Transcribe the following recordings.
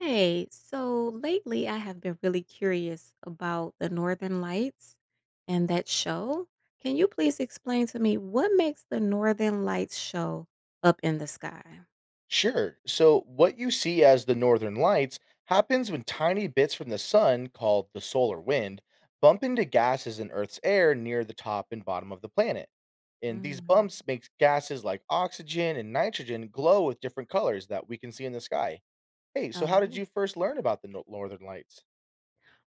Hey, so lately I have been really curious about the Northern Lights and that show. Can you please explain to me what makes the Northern Lights show up in the sky? Sure. So, what you see as the northern lights happens when tiny bits from the sun, called the solar wind, bump into gases in Earth's air near the top and bottom of the planet. And these Mm. bumps make gases like oxygen and nitrogen glow with different colors that we can see in the sky. Hey, so how did Oh, you first learn about the northern lights?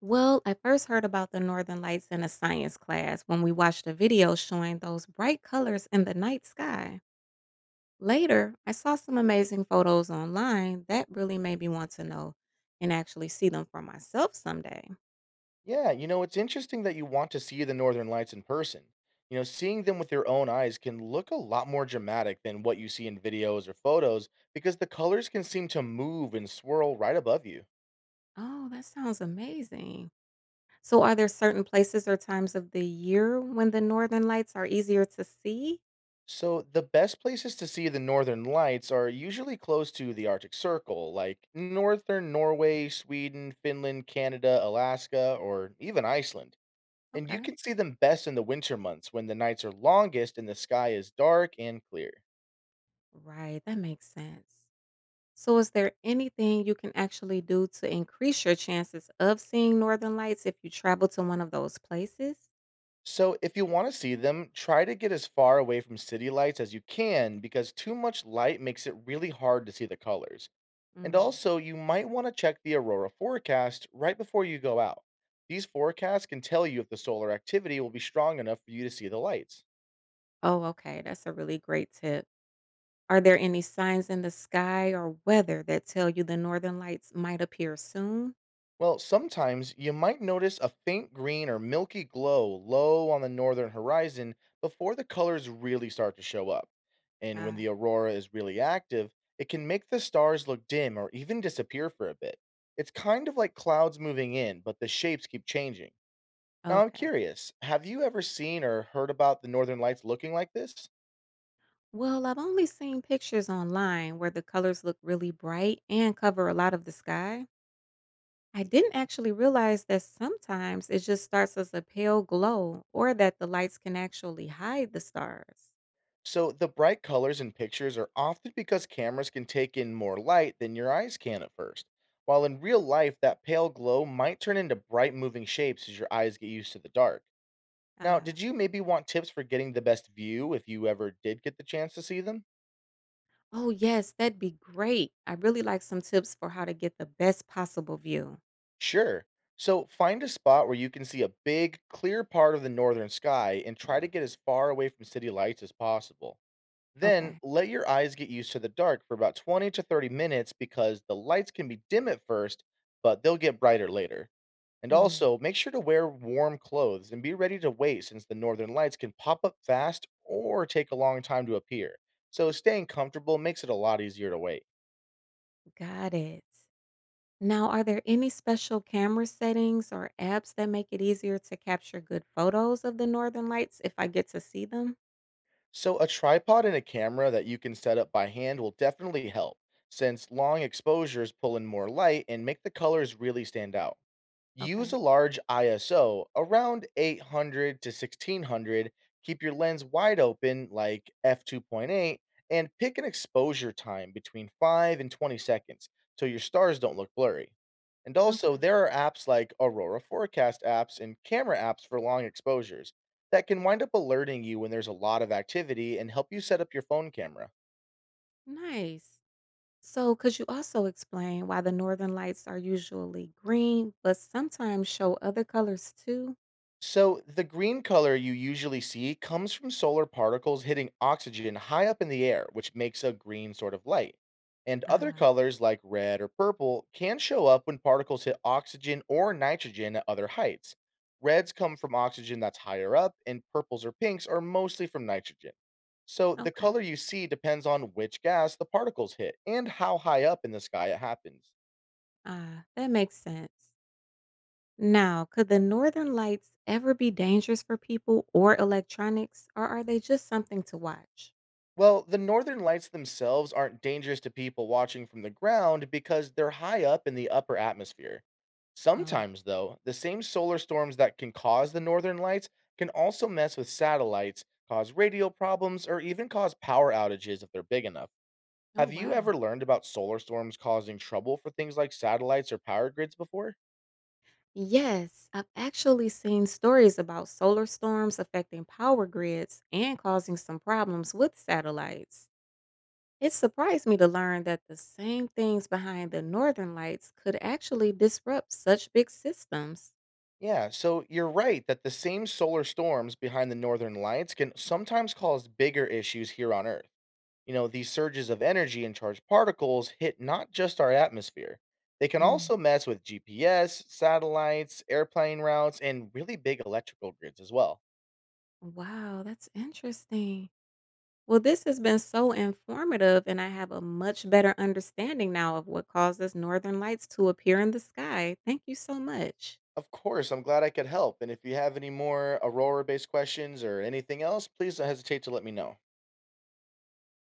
well, I first heard about the Northern Lights in a science class when we watched a video showing those bright colors in the night sky. Later, I saw some amazing photos online that really made me want to know and actually see them for myself someday. Yeah, it's interesting that you want to see the Northern Lights in person. Seeing them with your own eyes can look a lot more dramatic than what you see in videos or photos because the colors can seem to move and swirl right above you. Oh, that sounds amazing. So, are there certain places or times of the year when the northern lights are easier to see? So, the best places to see the Northern Lights are usually close to the Arctic Circle, like Northern Norway, Sweden, Finland, Canada, Alaska, or even Iceland. And you Okay. can see them best in the winter months when the nights are longest and the sky is dark and clear. Right. That makes sense. So, is there anything you can actually do to increase your chances of seeing northern lights if you travel to one of those places? So, if you want to see them, try to get as far away from city lights as you can because too much light makes it really hard to see the colors. And Mm. also, you might want to check the aurora forecast right before you go out. These forecasts can tell you if the solar activity will be strong enough for you to see the lights. Oh, okay. That's a really great tip. Are there any signs in the sky or weather that tell you the northern lights might appear soon? Well, sometimes you might notice a faint green or milky glow low on the northern horizon before the colors really start to show up. And when Ah, the aurora is really active, it can make the stars look dim or even disappear for a bit. It's kind of like clouds moving in, but the shapes keep changing. Now, I'm okay. curious, have you ever seen or heard about the northern lights looking like this? Well, I've only seen pictures online where the colors look really bright and cover a lot of the sky. I didn't actually realize that sometimes it just starts as a pale glow or that the lights can actually hide the stars. So, the bright colors in pictures are often because cameras can take in more light than your eyes can at first. While in real life, that pale glow might turn into bright moving shapes as your eyes get used to the dark. Now, Uh, did you maybe want tips for getting the best view if you ever did get the chance to see them? oh, yes, that'd be great. I really like some tips for how to get the best possible view. Sure. So, find a spot where you can see a big, clear part of the northern sky and try to get as far away from city lights as possible. Then Okay. let your eyes get used to the dark for about 20 to 30 minutes because the lights can be dim at first, but they'll get brighter later. And Mm, also, make sure to wear warm clothes and be ready to wait since the northern lights can pop up fast or take a long time to appear. So, staying comfortable makes it a lot easier to wait. got it. Now, are there any special camera settings or apps that make it easier to capture good photos of the northern lights if I get to see them? So, a tripod and a camera that you can set up by hand will definitely help since long exposures pull in more light and make the colors really stand out. Use Okay. a large ISO around 800 to 1600. Keep your lens wide open, like f2.8, and pick an exposure time between 5 and 20 seconds so your stars don't look blurry. And Okay. also, there are apps like Aurora Forecast apps and camera apps for long exposures that can wind up alerting you when there's a lot of activity and help you set up your phone camera. Nice. So, could you also explain why the northern lights are usually green, but sometimes show other colors too? So, the green color you usually see comes from solar particles hitting oxygen high up in the air, which makes a green sort of light. And other Ah, colors like red or purple can show up when particles hit oxygen or nitrogen at other heights. Reds come from oxygen that's higher up, and purples or pinks are mostly from nitrogen. So, the okay. color you see depends on which gas the particles hit and how high up in the sky it happens. Ah, that makes sense. Now, could the northern lights ever be dangerous for people or electronics, or are they just something to watch? Well, the northern lights themselves aren't dangerous to people watching from the ground because they're high up in the upper atmosphere. Oh, Sometimes, though, the same solar storms that can cause the northern lights can also mess with satellites, cause radio problems, or even cause power outages if they're big enough. oh, Have you wow. ever learned about solar storms causing trouble for things like satellites or power grids before? Yes, I've actually seen stories about solar storms affecting power grids and causing some problems with satellites. It surprised me to learn that the same things behind the northern lights could actually disrupt such big systems. Yeah, so you're right that the same solar storms behind the northern lights can sometimes cause bigger issues here on Earth. These surges of energy and charged particles hit not just our atmosphere, they can Mm. also mess with GPS, satellites, airplane routes, and really big electrical grids as well. Wow, that's interesting. Well, this has been so informative, and I have a much better understanding now of what causes northern lights to appear in the sky. Thank you so much. Of course, I'm glad I could help. And if you have any more Aurora based questions or anything else, please don't hesitate to let me know.